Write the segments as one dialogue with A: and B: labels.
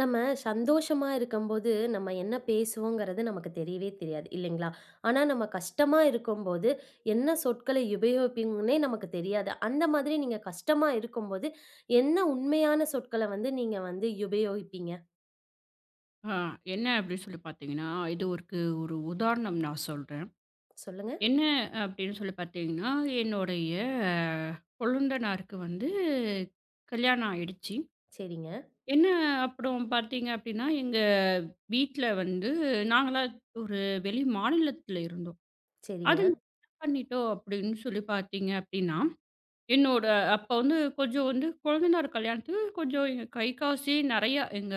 A: நம்ம சந்தோஷமா இருக்கும்போது, நம்ம என்ன பேசுவோங்கிறது நமக்கு தெரியவே தெரியாது இல்லைங்களா? ஆனா நம்ம கஷ்டமா இருக்கும்போது, என்ன சொற்களை உபயோகிப்போம்னே நமக்கு தெரியாது. அந்த மாதிரி நீங்க கஷ்டமா இருக்கும்போது, என்ன உண்மையான சொற்கள வந்து நீங்க வந்து உபயோகிப்பீங்க?
B: ஆ என்ன அப்படின்னு சொல்லி பார்த்தீங்கன்னா, இது ஒருக்கு ஒரு உதாரணம் நான் சொல்றேன்.
A: சொல்லுங்க.
B: என்ன அப்படின்னு சொல்லி பார்த்தீங்கன்னா, என்னுடைய அஹ், கொழுந்தனாருக்கு வந்து கல்யாணம் ஆயிடுச்சு.
A: சரிங்க,
B: என்ன அப்புறம் பார்த்தீங்க அப்படின்னா, எங்க வீட்ல வந்து நாங்கலாம் ஒரு வெளி மாநிலத்தில இருந்தோம்.
A: சரிங்க,
B: அது நாங்க என்ன பண்ணிட்டோம் அப்படின்னு சொல்லி பார்த்தீங்க அப்படின்னா, என்னோட அப்ப வந்து கொஞ்சம் வந்து கொழுந்தனார் கல்யாணத்துக்கு கொஞ்சம் எங்க கை காசே நெறையா எங்க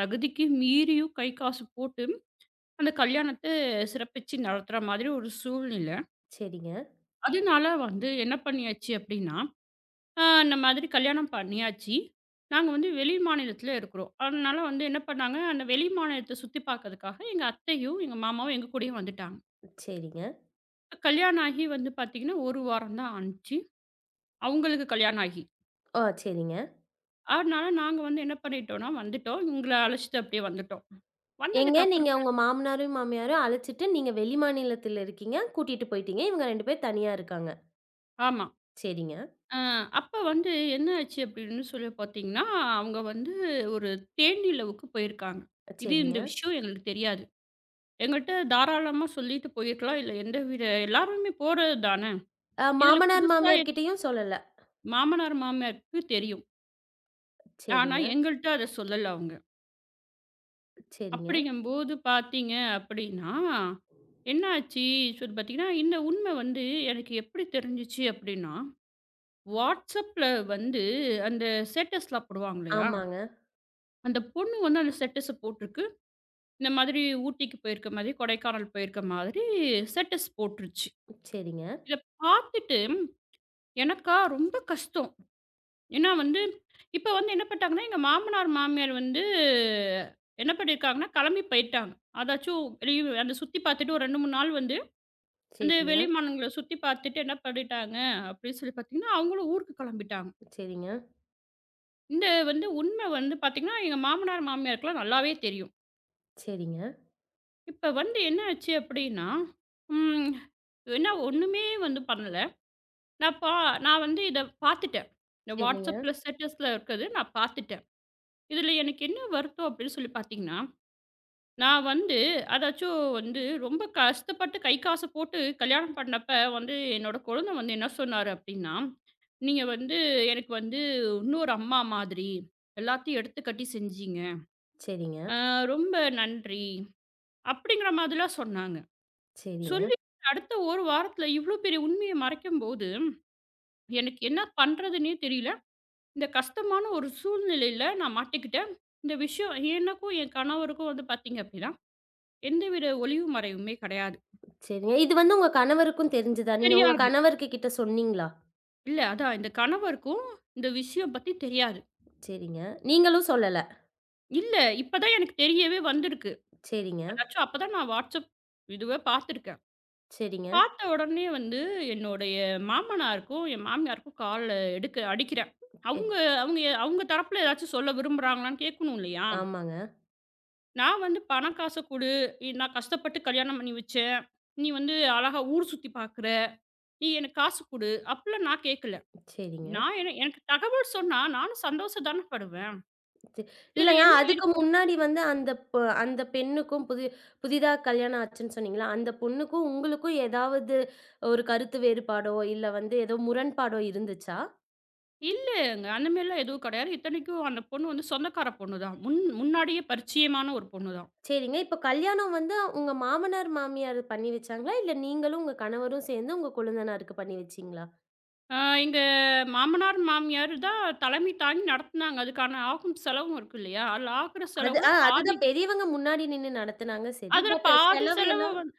B: தகுதிக்கு மீறியும் கை காசு போட்டு அந்த கல்யாணத்த சிறப்பிச்சு நடத்துற மாதிரி ஒரு சூழ்நிலை.
A: சரிங்க,
B: அதனால வந்து என்ன பண்ணியாச்சு அப்டின்னா, இந்த மாதிரி கல்யாணம் பண்ணியாச்சு. நாங்க வந்து வெளி மாநிலத்தில இருக்கிறோம். அதனால வந்து என்ன பண்ணாங்க, அந்த வெளி மாநிலத்த சுத்தி பார்க்கறதுக்காக எங்க அத்தையும், எங்க மாமாவும் எங்க கூடயே வந்துட்டாங்க.
A: சரிங்க.
B: கல்யாணம் ஆகி வந்து பார்த்தீங்கன்னா, 1 வாரம் தான் ஆனுச்சு. அவங்களுக்கு கல்யாணம் ஆகி.
A: ஓ! சரிங்க.
B: அதனால நாங்க வந்து என்ன பண்ணிட்டோம்னா வந்துட்டோம். இவங்கள அழைச்சுட்டு அப்டியே வந்துட்டோம்.
A: எங்க
B: வந்ததுக்கு
A: நீங்க
B: அப்புறமா
A: உங்க மாமனாரையும், மாமியாரையும் அழைச்சிட்டு நீங்க வெளிமாநிலத்தில இருக்கீங்க. கூட்டிட்டு போயிட்டீங்க. இவங்க 2 பேர் தனியா இருக்காங்க.
B: ஆமா.
A: சரிங்க,
B: அ அப்ப வந்து என்ன ஆச்சு அப்படின்னு சொல்லி பார்த்தீங்கன்னா, அவங்க வந்து ஒரு தேனிலவுக்கு போயிருக்காங்க. இது
A: சரிங்க.
B: இந்த விஷயம் எங்களுக்கு தெரியாது. எங்கள்ட்ட தாராளமா சொல்லிட்டு போயிருக்கலாம். இல்ல எந்தவித எல்லாருமே போறது தானே. இதுல
A: மாமனார்,
B: புதுசா
A: மாமியார்
B: என்
A: கிட்டயும் சொல்லல.
B: மாமனார், மாமியாருக்கு தெரியும். ஆனா
A: சரிங்க.
B: எங்கள்ட்ட அத சொல்லல அவங்க.
A: சரிங்க.
B: அப்படிங்கும்போது பார்த்தீங்க அப்படின்னா, என்ன ஆச்சு சொல்லி பார்த்தீங்கன்னா, இந்த உண்ம வந்து எனக்கு எப்படி தெரிஞ்சுச்சு அப்படின்னா, WhatsAppல வந்து அந்த ஸ்டேட்டஸ்லாம் போடுவாங்க இல்லையா?
A: ஆமாங்க.
B: அந்த பொண்ணு வந்து அந்த செட்டஸ போட்டுருக்கு. இந்த மாதிரி ஊட்டிக்கு போயிருக்க மாதிரி, கொடைக்கானல் போயிருக்க மாதிரி செட்டஸ் போட்டுருச்சு.
A: சரிங்க,
B: இத பார்த்துட்டு எனக்கா ரொம்ப கஷ்டம். ஏன்னா வந்து இப்ப வந்து என்ன பண்ணிட்டாங்கன்னா, எங்க மாமனார், மாமியார் வந்து என்ன பண்ணியிருக்காங்கன்னா, கிளம்பி போயிட்டாங்க. அதாச்சும் வெளிய அந்த சுத்தி பார்த்துட்டு ஒரு 2, 3 நாள் வந்து அந்த வெளி
A: சரிங்க,
B: மாநிலங்கள சுத்தி பார்த்துட்டு என்ன பண்ணிட்டாங்க அப்படின்னு சொல்லி பார்த்தீங்கன்னா, அவங்களும் ஊருக்கு கிளம்பிட்டாங்க.
A: சரிங்க,
B: இந்த வந்து உண்ம வந்து பார்த்தீங்கன்னா, எங்க மாமனார், மாமியாருக்குலாம் நல்லாவே தெரியும்.
A: சரிங்க,
B: இப்ப வந்து என்ன ஆச்சு அப்படின்னா, ம் என்ன ஒண்ணுமே வந்து பண்ணல. நான் பா நான் வந்து இத பாத்துட்டேன். இந்த
A: சரிங்க,
B: WhatsAppல ஸ்டேட்டஸ்ல இருக்கது நான் பாத்துட்டேன். இதுல எனக்கு என்ன வருத்தம் அப்படின்னு சொல்லி பாத்தீங்கன்னா, நான் வந்து அதாச்சும் வந்து ரொம்ப கஷ்டப்பட்டு கை காச போட்டு கல்யாணம் பண்ணப்ப வந்து என்னோட கொழுந்தன் வந்து என்ன சொன்னாரு அப்படின்னா, "நீங்க வந்து எனக்கு வந்து இன்னொரு அம்மா மாதிரி எல்லாத்தையும் எடுத்துக்கட்டி செஞ்சீங்க.
A: சரிங்க,
B: அ ரொம்ப நன்றி." அப்படிங்கிற மாதிரிலாம் சொன்னாங்க.
A: சரிங்க,
B: சொல்லி அடுத்த 1 வாரத்துல இவ்ளோ பெரிய உண்மைய மறைக்கும்போது, எனக்கு என்ன பண்றதுன்னே தெரியல. இந்த கஷ்டமான ஒரு சூழ்நிலையில நான் மாட்டிக்கிட்டேன். இந்த விஷயம் எனக்கும் என் கணவருக்கும் வந்து பார்த்தீங்க அப்டின்னா, எந்தவித ஒளிவு மறைவுமே கிடையாது.
A: சரிங்க. இது வந்து உங்க கணவருக்கும் தெரிஞ்சதா? நீங்க உங்க
B: தெரியாது.
A: கணவருக்கு கிட்ட சொன்னீங்களா?
B: இல்ல அதான் இந்த கணவருக்கும் இந்த விஷயம் பத்தி தெரியாது.
A: சரிங்க. நீங்களும் சொல்லல.
B: இல்ல இப்ப தான் எனக்கு தெரியவே வந்திருக்கு.
A: சரிங்க,
B: அதாச்சும் அப்ப தான் நான் WhatsApp இதுவே பார்த்துருக்கேன்.
A: சரிங்க,
B: பார்த்த உடனே வந்து என்னுடைய மாமனாருக்கும், என் மாமியாருக்கும் கால்ல எடுக்க அடிக்கிறேன்.
A: சரி.
B: அவுங்க அவுங்க அவுங்க தரப்புல ஏதாச்சும் சொல்ல விரும்புறாங்களான்னு கேட்கணும் இல்லையா?
A: ஆமாங்க.
B: நான் வந்து "பணம் காச குடு. இ நான் கஷ்டப்பட்டு கல்யாணம் பண்ணி வச்சேன். நீ வந்து அழகா ஊர் சுத்தி பார்க்குற. நீ எனக்கு காசு குடு." அப்பலாம் நான் கேட்கல.
A: சரிங்க.
B: நான் என எனக்கு தகவல் சொன்னா நானும் சந்தோஷம் தான படுவேன்.
A: ச
B: இதுல
A: இல்லங்க,
B: என்ன
A: அதுக்கு
B: இருக்கு?
A: முன்னாடி வந்து அந்த அந்த பெண்ணுக்கும் புதிதா கல்யாணம் ஆச்சுன்னு சொன்னீங்களா? அந்த பொண்ணுக்கும் உங்களுக்கும் ஏதாவது ஒரு கருத்து வேறுபாடோ, இல்ல வந்து ஏதோ முரண்பாடோ இருந்துச்சா?
B: இல்லங்க. அந்த மாரிலாம் எதுவும் கிடையாது. இத்தனைக்கும் அந்த பொண்ணு வந்து சொந்தக்கார பொண்ணு தான். முன் முன்னாடியே பரிச்சயமான ஒரு பொண்ணு தான்.
A: சரிங்க. இப்ப கல்யாணம் வந்து உங்க மாமனார், மாமியார் பண்ணி வச்சாங்களா? இல்ல நீங்களும் உங்க கணவரும் சேர்ந்து உங்க கொழுந்தனாருக்கு பண்ணி வச்சீங்களா?
B: எங்க மாமனார், மாமியார் தான் தலைமை தாங்கி நடத்துனாங்க. அதுக்கான ஆகும் செலவும் இருக்கு இல்லையா? அதுல ஆகுற
A: அது
B: செலவுல பாதி
A: அதுதான் பெரியவங்க முன்னாடி நின்னு நடத்துனாங்க சரி.
B: அதுல
A: பட்
B: பாதி
A: செலவு
B: செலவ
A: எல்லாம்
B: வந்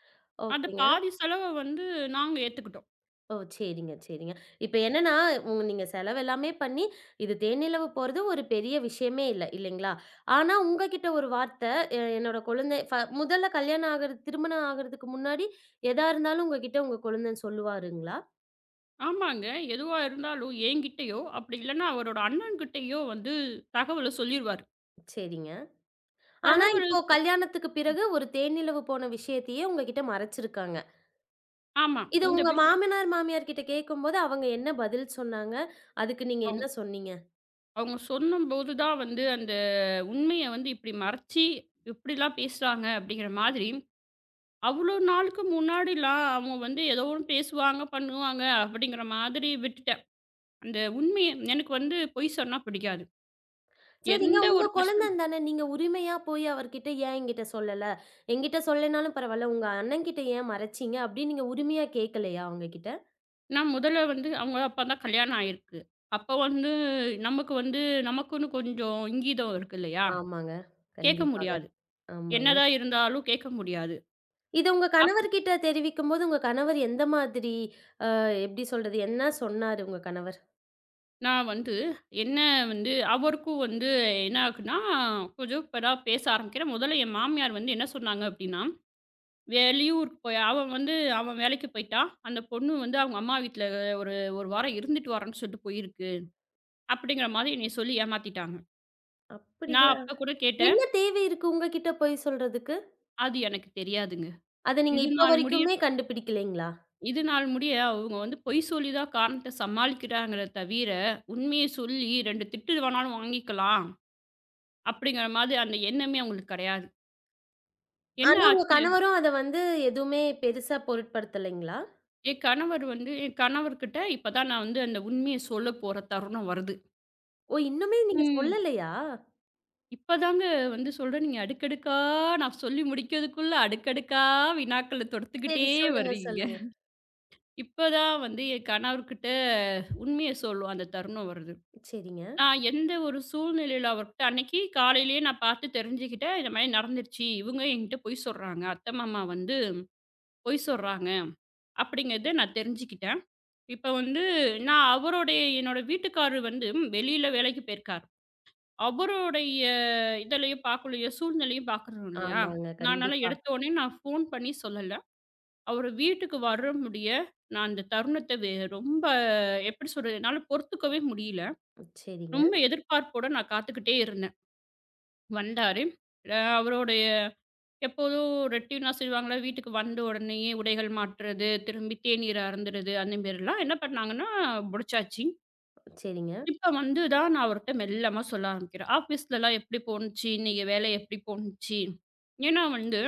B: அந்த
A: ஓகேங்க.
B: பாதி செலவ வந்து நாங்க ஏத்துக்கிட்டோம்.
A: ஓ! சரிங்க, சரிங்க. இப்ப என்னன்னா, உங்க நீங்க செலவு எல்லாமே பண்ணி, இது தேனிலவு போறது ஒரு பெரிய விஷயமே இல்ல, இல்லைங்களா? ஆனா உங்ககிட்ட ஒரு வார்த்த, என்னோட கொழுந்த" முதல்ல கல்யாணம் ஆகுறது திருமணம் ஆகுறதுக்கு முன்னாடி எதா இருந்தாலும் உங்ககிட்ட உங்க கொழுந்தன் சொல்லுவாருங்களா?
B: ஆமாங்க. எதுவா இருந்தாலும் என்கிட்டயோ, அப்படி இல்லன்னா அவரோட அண்ணன்கிட்டயோ வந்து தகவல சொல்லிருவாரு.
A: சரிங்க. ஆனா,
B: தகவல்
A: இப்போ கல்யாணத்துக்கு பிறகு ஒரு தேனிலவு போன விஷயத்தையே உங்ககிட்ட மறைச்சிருக்காங்க.
B: ஆமா.
A: இது
B: இந்த
A: உங்க
B: விஷயம்
A: மாமனார், மாமியார் கிட்ட கேட்கும்போது அவங்க என்ன பதில் சொன்னாங்க? அதுக்கு நீங்க
B: அவங்க
A: என்ன சொன்னீங்க?
B: அவங்க சொன்னபோது தான் வந்து அந்த உண்மைய வந்து இப்படி மறைச்சு, இப்படிலாம் பேசுறாங்க அப்படிங்கிற மாதிரி அவ்வளோ நாளுக்கு முன்னாடிலாம் அவங்க வந்து ஏதோ ஒண்ணு பேசுவாங்க, பண்ணுவாங்க அப்படிங்கிற மாதிரி விட்டுட்டேன். அந்த உண்மைய எனக்கு வந்து பொய் சொன்னா பிடிக்காது.
A: சரிங்க.
B: எந்த
A: உங்க
B: ஒரு கஷ்டம்
A: குழந்தன் தானே நீங்க உரிமையா போய் அவர்கிட்ட ஏன் என்கிட்ட சொல்லல? என்கிட்ட சொல்லலைனாலும் பரவால்ல. உங்க அண்ணன்கிட்ட ஏன் மறைச்சீங்க? அப்படின்னு நீங்க உரிமையா கேட்கலையா அவங்ககிட்ட?
B: நான் முதல்ல வந்து அவங்க அப்ப தான் கல்யாணம் ஆயிருக்கு. அப்ப வந்து நமக்கு வந்து நமக்குன்னு கொஞ்சம் இங்கீதம் இருக்கு இல்லையா?
A: ஆமாங்க.
B: கேட்க
A: கண்டிப்பாக.
B: முடியாது.
A: ஆமாங்க.
B: என்னதான் இருந்தாலும் கேட்க முடியாது.
A: இது உங்க
B: அப்
A: கணவர்கிட்ட தெரிவிக்கும்போது, உங்க கணவர் எந்த மாதிரி எப்படி சொல்றது? என்ன சொன்னாரு உங்க கணவர்?
B: நான் வந்து என்ன வந்து அவருக்கும் வந்து என்ன ஆகுதுன்னா, கொஞ்சம் இப்ப தான் பேச ஆரம்பிக்கிறேன். முதல்ல என் மாமியார் வந்து என்ன சொன்னாங்க அப்படின்னா, வெளியூருக்கு போய் அவன் வந்து அவன் வேலைக்கு போயிட்டான். அந்த பொண்ணு வந்து அவங்க அம்மா வீட்ல ஒரு 1 வாரம் இருந்துட்டு வரேன்னு சொல்லிட்டு போயிருக்கு. அப்படிங்கிற மாரி என்னைய சொல்லி ஏமாத்திட்டாங்க.
A: அப்படிங்க.
B: நான் அப்ப கூட கேட்டேன்.
A: என்ன தேவை இருக்கு உங்ககிட்ட பொய் சொல்றதுக்கு?
B: அது எனக்கு தெரியாதுங்க.
A: அத நீங்க
B: இது
A: இப்ப
B: நாள் முடிய
A: வரைக்குமே கண்டுபிடிக்கலைங்களா?
B: இது நாள் முடிய அவங்க வந்து பொய் சொல்லி தான் காரணத்த சமாளிக்கிறாங்களே தவிர, உண்மைய சொல்லி 2 திட்டு வேணாலும் வாங்கிக்கலாம். அப்படிங்கிற மாதிரி அந்த எண்ணமே அவங்களுக்கு கிடையாது. என்ன
A: ஆனா உங்க
B: ஆச்சு?
A: கணவரும் அத வந்து எதுவுமே பெருசா பொருட்படுத்தலைங்களா?
B: என் கணவர்கிட்ட இப்ப தான் நான் வந்து அந்த உண்மைய சொல்ல போற தருணம் வருது.
A: ஓ! இன்னுமே நீங்க
B: ம்.
A: சொல்லலையா?
B: இப்பதாங்க வந்து சொல்றேன், நீங்க அடுக்கடுக்கா நான் சொல்லி முடிக்கிறதுக்குள்ள அடுக்கடுக்கா வினாக்கள
A: சரி
B: தொடுத்துக்கிட்டே
A: சொல்லுங்க,
B: வர்றீங்க.
A: சொல்லுங்க.
B: இப்பதான் வந்து என் கணவர்கிட்ட உண்மைய சொல்லும் அந்த தருணம் வருது.
A: சரிங்க.
B: நான் எந்த ஒரு சூழ்நிலையில அவர்கிட்ட அன்னைக்கு காலையிலேயே நான் பார்த்து தெரிஞ்சுக்கிட்டேன். இந்த மாரி நடந்துருச்சு. இவங்க என்கிட்ட பொய் சொல்றாங்க. அத்தை, மாமா வந்து பொய் சொல்றாங்க அப்படிங்கிறத நான் தெரிஞ்சுக்கிட்டேன். இப்ப வந்து நான் அவருடைய என்னோட வீட்டுக்காரர் வந்து வெளியில வேலைக்கு போயிருக்காரு. அவருடைய இதுலயும் பார்க்கலயோ, சூழ்நிலையும் பார்க்குறோம் இல்லையா?
A: ஆமாங்க.
B: நான் அதனால
A: கண்டிப்பா.
B: எடுத்த உடனே நான் ஃபோன் பண்ணி சொல்லல. அவரு வீட்டுக்கு வர முடிய, நான் அந்த தருணத்த வே ரொம்ப எப்படி சொல்றது? என்னால பொறுத்துக்கவே முடியல.
A: சரிங்க,
B: ரொம்ப எதிர்பார்ப்போட நான் காத்துக்கிட்டே இருந்தேன். வந்தாரு. அவருடைய எப்போதும் ரொட்டீனா செய்வாங்கல்ல, வீட்டுக்கு வந்த உடனேயே உடைகள் மாற்றுறது, திரும்பி தேநீர் அருந்துறது அந்த மாரிலாம் என்ன பண்ணாங்கன்னா முடிச்சாச்சு.
A: சரிங்க.
B: இப்ப வந்து தான் நான் அவர்ட்ட மெல்லமா சொல்ல ஆரம்பிக்கிறேன். ஆஃபீஸ்லலாம் எப்படி போணுச்சு? இன்னைக்கு வேலை எப்படி போணுச்சு? ஏன்னா வந்து,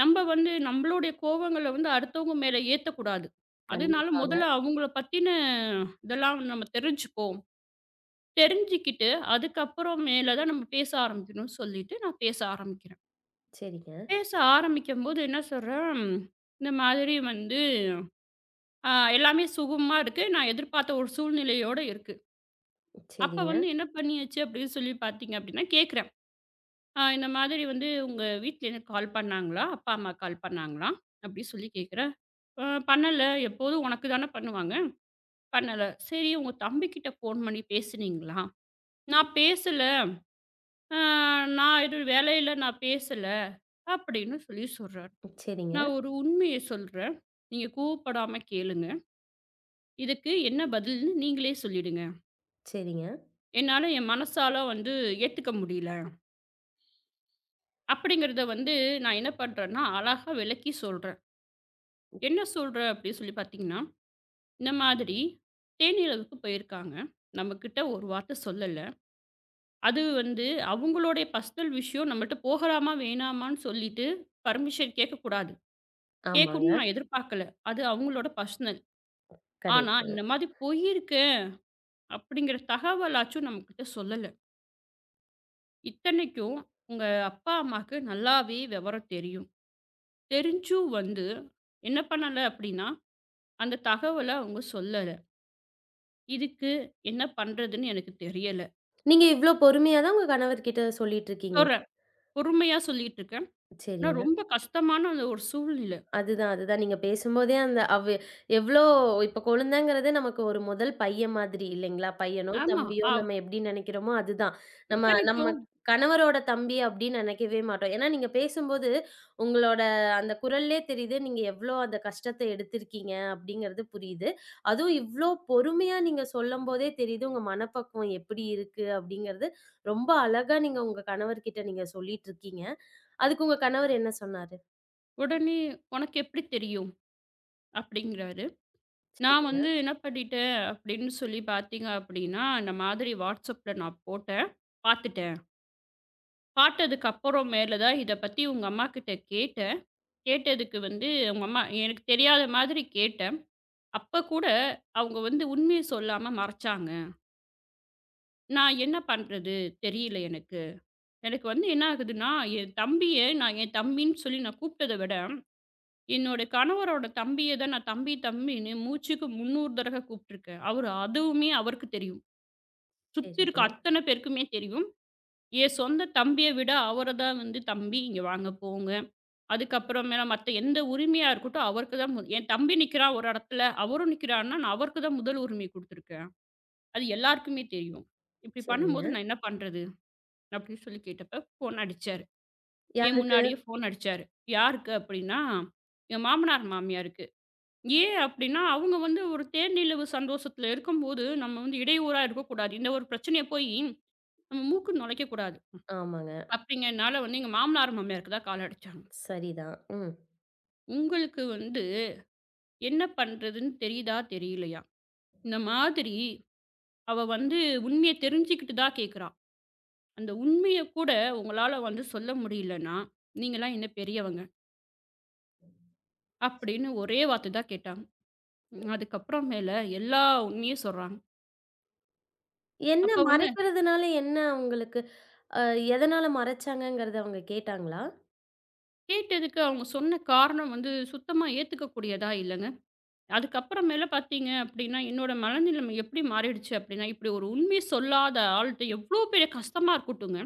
B: நம்ப வந்து நம்பளுடைய கோவங்கள வந்து அடுத்தவங்க மேல ஏத்தக்கூடாது. அதனால
A: கண்டிப்பாக.
B: முதல்ல அவங்கள பத்தின இதெல்லாம் நம்ம தெரிஞ்சுப்போம். தெரிஞ்சுக்கிட்டு, அதுக்கப்புறம் மேல தான் நம்ம பேச ஆரம்பிக்கணும்னு சொல்லிட்டு நான் பேச ஆரம்பிக்கிறேன்.
A: சரிங்க,
B: பேச ஆரம்பிக்கும்போது என்ன சொல்றேன், இந்த மாதிரி வந்து எல்லாமே சுகமா இருக்கு. நான் எதிர்பார்த்த ஒரு சூழ்நிலையோட இருக்கு. அப்ப
A: சரிங்க,
B: வந்து என்ன பண்ணியாச்சு அப்படின்னு சொல்லி பார்த்தீங்க அப்படின்னா, கேக்குறேன். இந்த மாதிரி வந்து "உங்க வீட்லேருந்து கால் பண்ணாங்களா? அப்பா, அம்மா கால் பண்ணாங்களா?" அப்படி சொல்லி கேட்குறேன். "அ பண்ணல. எப்போதும் உனக்கு தானே பண்ணுவாங்க. பண்ணல." "சரி உங்க தம்பிக்கிட்ட ஃபோன் பண்ணி பேசுனீங்களா?" "நான் பேசல. அ நான் எதுவும் வேலையில நான் பேசல." அப்படின்னு சொல்லி சொல்றாரு.
A: சரிங்க,
B: நான் ஒரு உண்மைய சொல்றேன். நீங்க கோவப்படாம கேளுங்க. இதுக்கு என்ன பதில்ன்னு நீங்களே சொல்லிடுங்க.
A: சரிங்க.
B: என்னால என் மனசால வந்து ஏத்துக்க முடியல." அப்படிங்கிறத வந்து நான் என்ன பண்றேன்னா, அழகா விளக்கி சொல்றேன். என்ன சொல்ற அப்படின்னு சொல்லி பார்த்தீங்கன்னா, இந்த மாதிரி தேனிலவுக்கு போயிருக்காங்க. நம்மகிட்ட ஒரு வார்த்த சொல்லல. அது வந்து அவங்களுடைய பர்சனல் விஷயம் நம்மள்ட்ட போகலாமா, வேணாமான்னு சொல்லிட்டு பர்மிஷன் கேட்கக்கூடாது. கேட்கணும்னு
A: ஆமாங்க.
B: நான் எதிர்பார்க்கல. அது அவங்களோட பர்சனல். ஆனா,
A: கரெக்ட்டு.
B: இந்த மாதிரி போயிருக்கேன் அப்படிங்கிற தகவலாச்சும் நம்மகிட்ட சொல்லல. இத்தனைக்கும் உங்க அப்பா, அம்மாக்கு நல்லாவே விவரம் தெரியும். தெரிஞ்சும் வந்து என்ன பண்ணல அப்படின்னா, அந்த தகவல அவங்க சொல்லல. இதுக்கு என்ன பண்றதுன்னு எனக்கு தெரியல.
A: நீங்க இவ்ளோ பொறுமையா தான் உங்க கணவர்கிட்ட சொல்லிட்டு இருக்கீங்க.
B: சொல்றேன். பொறுமையா சொல்லிட்டு இருக்கேன். ஆனா
A: சரிங்க.
B: ரொம்ப கஷ்டமான அந்த ஒரு சூழ்நிலை.
A: அதுதான், அதுதான். நீங்க பேசும்போதே அந்த அவ் எவ்ளோ இப்ப குழந்தைங்கிறது நமக்கு ஒரு முதல் பையன் மாதிரி இல்லைங்களா? பையனோ,
B: ஆமா.
A: தம்பியோ
B: அ
A: நம்ம எப்படி நெனைக்கிறோமோ அதுதான். நம்ம நம்ம
B: இத்தனைக்கும்
A: கணவரோட தம்பி அப்படின்னு நெனைக்கவே மாட்டோம். ஏன்னா நீங்க பேசும்போது உங்களோட அந்த குரல்லே தெரியுது, நீங்க எவ்ளோ அந்த கஷ்டத்த எடுத்திருக்கீங்க அப்படிங்கிறது புரியுது. அதுவும் இவ்ளோ பொறுமையா நீங்க சொல்லும்போதே தெரியுது, உங்க மனப்பக்குவம் எப்படி இருக்கு அப்படிங்கிறது ரொம்ப அழகா நீங்க உங்க கணவர்கிட்ட நீங்க சொல்லிட்டு இருக்கீங்க. அதுக்கு உங்க கணவர் என்ன சொன்னாரு?
B: உடனே "உனக்கு எப்படி தெரியும்?" அப்படிங்கிறாரு. நான் வந்து என்ன பண்ணிட்டேன் அப்படின்னு சொல்லி பார்த்தீங்க அப்படின்னா, இந்த மாதிரி WhatsAppல நான் போட்டேன். பார்த்துட்டேன். பார்த்ததுக்கு அப்புறம் மேல தான் இத பத்தி உங்க அம்மா கிட்ட கேட்டேன். கேட்டதுக்கு வந்து உங்க அம்மா எனக்கு தெரியாத மாதிரி கேட்டேன். அப்ப கூட அவங்க வந்து உண்மைய சொல்லாம மறைச்சாங்க. நான் என்ன பண்றது தெரியல எனக்கு. எனக்கு வந்து என்ன ஆகுதுன்னா, என் தம்பிய நான் என் தம்பின்னு சொல்லி நான் கூப்பிட்டத விட, என்னோட கணவரோட தம்பிய தான் நான் தம்பி, தம்பின்னு மூச்சுக்கு 300 தடவ கூப்பிட்டுருக்கேன். அவரு அதுவுமே அவருக்கு தெரியும். சுத்தி இருக்க
A: சரிங்க,
B: அத்தன பேருக்குமே தெரியும். என் சொந்த தம்பிய விட அவர தான் வந்து "தம்பி இங்க வாங்க, போங்க." அதுக்கப்புறமேல மத்த எந்த உரிமையா இருக்கட்டும், அவருக்கு தான் என் தம்பி நிக்கிறான் ஒரு இடத்துல, அவரும் நிக்கிறான்னா, நான் அவருக்கு தான் முதல் உரிமை குடுத்துருக்கேன். அது எல்லாருக்குமே தெரியும். இப்படி
A: சரிங்க.
B: பண்ணும்போது நான் என்ன பண்றது? அப்படின்னு சொல்லி கேட்டப்ப, ஃபோன் அடிச்சாரு. என்
A: யாருக்கு?
B: முன்னாடியே ஃபோன் அடிச்சாரு. யாருக்கு அப்படின்னா, என் மாமனார் மாமியாருக்கு. ஏன் அப்படின்னா, அவங்க வந்து ஒரு தேன்நிலவு சந்தோஷத்துல இருக்கும்போது, நம்ம வந்து இடையூறா இருக்கக்கூடாது. இந்த ஒரு பிரச்சனைய போயி நம்ம மூக்குல நுழைக்கக்கூடாது.
A: ஆமாங்க.
B: அப்படிங்கிறனால வந்து எங்க மாமனார் மாமியாருக்கு தான் கால் அடிச்சாங்க.
A: சரிதான். ம்.
B: "உங்களுக்கு வந்து என்ன பண்றதுன்னு தெரியுதா? தெரியலையா? இந்த மாதிரி அவ வந்து உண்மைய தெரிஞ்சுக்கிட்டு தான் கேட்கிறா. அந்த உண்மைய கூட உங்களால வந்து சொல்ல முடியலன்னா, நீங்கலாம் என்ன பெரியவங்க?" அப்படின்னு ஒரே வார்த்தை தான் கேட்டாங்க. ம். அதுக்கப்புறமேல எல்லா உண்மையும் சொல்றாங்க.
A: என்ன
B: அப்ப வந்து
A: மறைக்கிறதுனால என்ன அவங்களுக்கு அ எதனால மறைச்சாங்கங்கிறத அவங்க கேட்டாங்களா?
B: கேட்டதுக்கு அவங்க சொன்ன காரணம் வந்து சுத்தமா ஏத்துக்கக்கூடியதா இல்லங்க. அதுக்கப்புறமேல பார்த்தீங்க அப்படின்னா, என்னோட மனநிலைமை எப்படி மாறிடுச்சு அப்படின்னா, இப்படி ஒரு உண்மைய சொல்லாத ஆள்ட்ட எவ்வளோ பெரிய கஷ்டமா இருக்கட்டுங்க.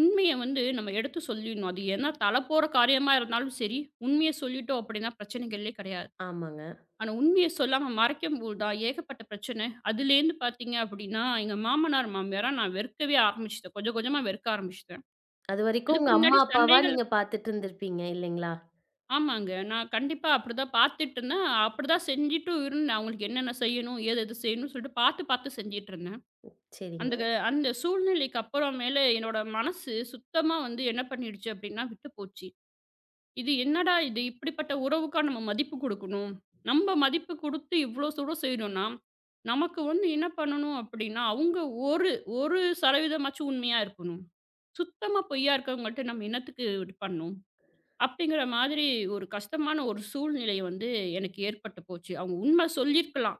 B: உண்மைய வந்து நம்ம எடுத்து சொல்லிடணும். அது ஏன்னா தல போற காரியமா இருந்தாலும் சரி, உண்மைய சொல்லிட்டோம் அப்படின்னா பிரச்சனைகளே கிடையாது.
A: ஆமாங்க.
B: ஆனா உண்மைய சொல்லாம மறைக்கும்போது தான் ஏகப்பட்ட பிரச்சனை. அதுலேருந்து பார்த்தீங்க அப்படின்னா, எங்க மாமனார், மாமியார நான் வெறுக்கவே ஆரம்பிச்சுட்டேன். கொஞ்சம் கொஞ்சமா வெறுக்க ஆரம்பிச்சுட்டேன்.
A: அதுவரைக்கும்
B: அதுக்கு
A: உங்க அம்மா,
B: முன்னாடி
A: அப்பாவா
B: சண்டைகள்
A: நீங்க பார்த்துட்டு இருந்திருப்பீங்க இல்லைங்களா?
B: ஆமாங்க. நான் கண்டிப்பா அப்படிதான் பார்த்துட்டு இருந்தேன். அப்படிதான் செஞ்சுட்டும் இருந்தேன். அவங்களுக்கு என்னென்ன செய்யணும், ஏது எது செய்யணும்னு சொல்லிட்டு பார்த்து பார்த்து செஞ்சுட்டு இருந்தேன். அந்த க
A: சரிங்க.
B: அந்த சூழ்நிலைக்கு அப்புறமேல என்னோட மனசு சுத்தமா வந்து என்ன பண்ணிடுச்சு அப்படின்னா, விட்டு போச்சு. இது என்னடா இது இப்படிப்பட்ட உறவுக்கா நம்ம மதிப்பு குடுக்கணும். நம்ம மதிப்பு குடுத்து இவ்வளோ தூரம் செய்யணும்னா, நமக்கு வந்து என்ன பண்ணணும் அப்படின்னா, அவங்க ஒரு 1% உண்மையா இருக்கணும். சுத்தமா பொய்யா இருக்கவங்கள்ட்ட நம்ம என்னத்துக்கு இது பண்ணணும்? அப்படிங்கிற மாதிரி ஒரு கஷ்டமான ஒரு சூழ்நிலை வந்து எனக்கு ஏற்பட்டு போச்சு. அவங்க உண்மை சொல்லியிருக்கலாம்.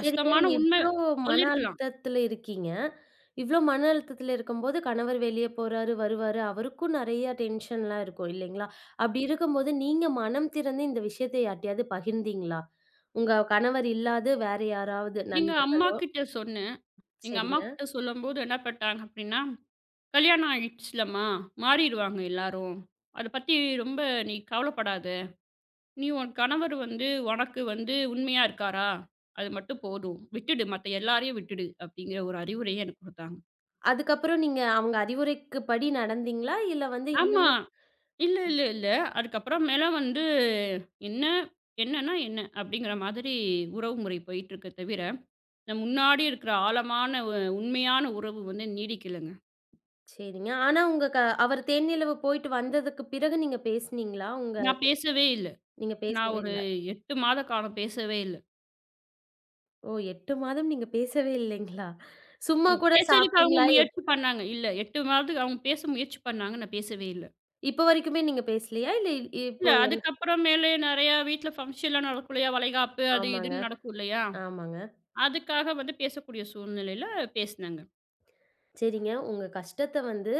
A: சரிங்க. நீங்க
B: உண்மை
A: இவ்ளோ மன
B: சொல்லியிருக்கலாம்.
A: அழுத்தத்தில இருக்கீங்க. இவ்ளோ மன அழுத்தத்தில இருக்கும்போது கணவர் வெளிய போறாரு, வருவாரு. அவருக்கும் நெறைய டென்ஷன்லாம் இருக்கும் இல்லைங்களா? அப்படி இருக்கும்போது நீங்க மனம் திறந்து இந்த விஷயத்த யார்ட்டயாவது பகிர்ந்தீங்களா? உங்க கணவர் இல்லாது வேற யாராவது
B: எங்க
A: நண்பர்
B: அம்மாகிட்ட சொன்னேன். எங்க
A: சரிங்க.
B: அம்மாகிட்ட சொல்லும்போது என்ன பண்ட்டாங்க அப்படின்னா, "கல்யாணம் ஆயிடுச்சுலம்மா, மாறிருவாங்க எல்லாரும். அத பத்தி ரொம்ப நீ கவலைப்படாத. நீ உன் கணவர் வந்து உனக்கு வந்து உண்மையா இருக்காரா? அது மட்டும் போதும். விட்டுடு. மத்த எல்லாரையும் விட்டுடு." அப்படிங்கிற ஒரு அறிவுரைய எனக்கு குடுத்தாங்க.
A: அதுக்கப்புறம் நீங்க அவங்க அறிவுரைக்குப்படி நடந்தீங்களா? இல்ல வந்து
B: ஆமா.
A: இன்னுமே
B: இல்ல. அதுக்கப்புறமேல வந்து என்ன, என்னன்னா என்ன? அப்படிங்கிற மாதிரி உறவு முறை போயிட்டுருக்கே தவிர, இந்த முன்னாடி இருக்கிற ஆழமான உ உண்மையான உறவு வந்து நீடிக்கலங்க.
A: சரிங்க. ஆனா உங்க அவர் தேனிலவு போயிட்டு வந்ததுக்கு பிறகு நீங்க பேசுனீங்களா? உங்க
B: நான் பேசவே இல்ல.
A: நீங்க
B: நான்
A: பேசவே
B: ஒரு
A: இல்ல.
B: 8 மாத காலம் பேசவே இல்ல.
A: ஓ! 8 மாதம் நீங்க பேசவே இல்லைங்களா? சும்மா
B: ம்.
A: கூட
B: பேசுறதுக்கு அவங்க
A: சாப்பிட்டீங்களா?
B: முயற்சி பண்ணாங்க. இல்ல 8 மாதத்துக்கு அவங்க பேச முயற்சி பண்ணாங்க. நான் பேசவே இல்ல.
A: இப்ப வரைக்குமே நீங்க பேசலையா? இல்ல இப்போ
B: இல்ல
A: என்
B: அதுக்கப்புறமேலே நெறையா வீட்ல ஃபங்ஷன்லாம் நடக்கும் இல்லையா? வளைகாப்பு அது
A: ஆமாங்க,
B: இதுன்னு நடக்கும் இல்லையா?
A: ஆமாங்க.
B: அதுக்காக வந்து பேசக்கூடிய சூழ்நிலையில பேசினேங்க.
A: சரிங்க. உங்க கஷ்டத்த வந்து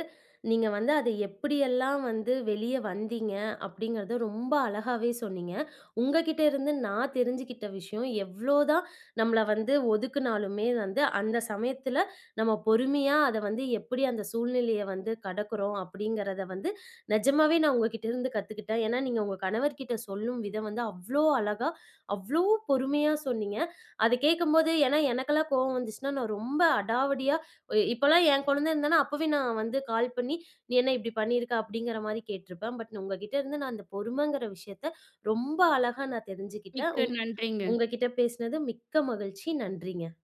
A: நீங்க வந்து அத எப்படியெல்லாம் வந்து வெளிய வந்தீங்க அப்படிங்கிறத ரொம்ப அழகாவே சொன்னீங்க. உங்ககிட்ட இருந்து நான் தெரிஞ்சுக்கிட்ட விஷயம் எவ்வளோதான் நம்மள வந்து ஒதுக்குனாலுமே வந்து அந்த சமயத்துல நம்ம பொறுமையா அத வந்து எப்படி அந்த சூழ்நிலைய வந்து கடக்குறோம் அப்படிங்கிறத வந்து நிஜமாவே நான் உங்ககிட்ட இருந்து கத்துக்கிட்டேன். ஏன்னா நீங்க உங்க கணவர்கிட்ட சொல்லும் விதம் வந்து அவ்ளோ அழகா, அவ்ளோ பொறுமையா சொன்னீங்க. அத கேட்கும்போது ஏன்னா எனக்கெல்லாம் கோவம் வந்துச்சுன்னா நான் ரொம்ப அடாவடியா இப்பலாம் என் குழந்த இருந்தான்னா, அப்பவே நான் வந்து கால் பண்ணி, "நீ என்ன இப்படி பண்ணியிருக்க?" அப்படிங்கிற மாரி கேட்டுருப்பேன். பட் உங்ககிட்ட இருந்து நான் அந்த பொறுமைங்கிற விஷயத்த ரொம்ப அழகா நான் தெரிஞ்சுக்கிட்டேன்.
B: மிக்க நன்றிங்க.
A: உங்ககிட்ட பேசினது மிக்க மகிழ்ச்சி. நன்றிங்க.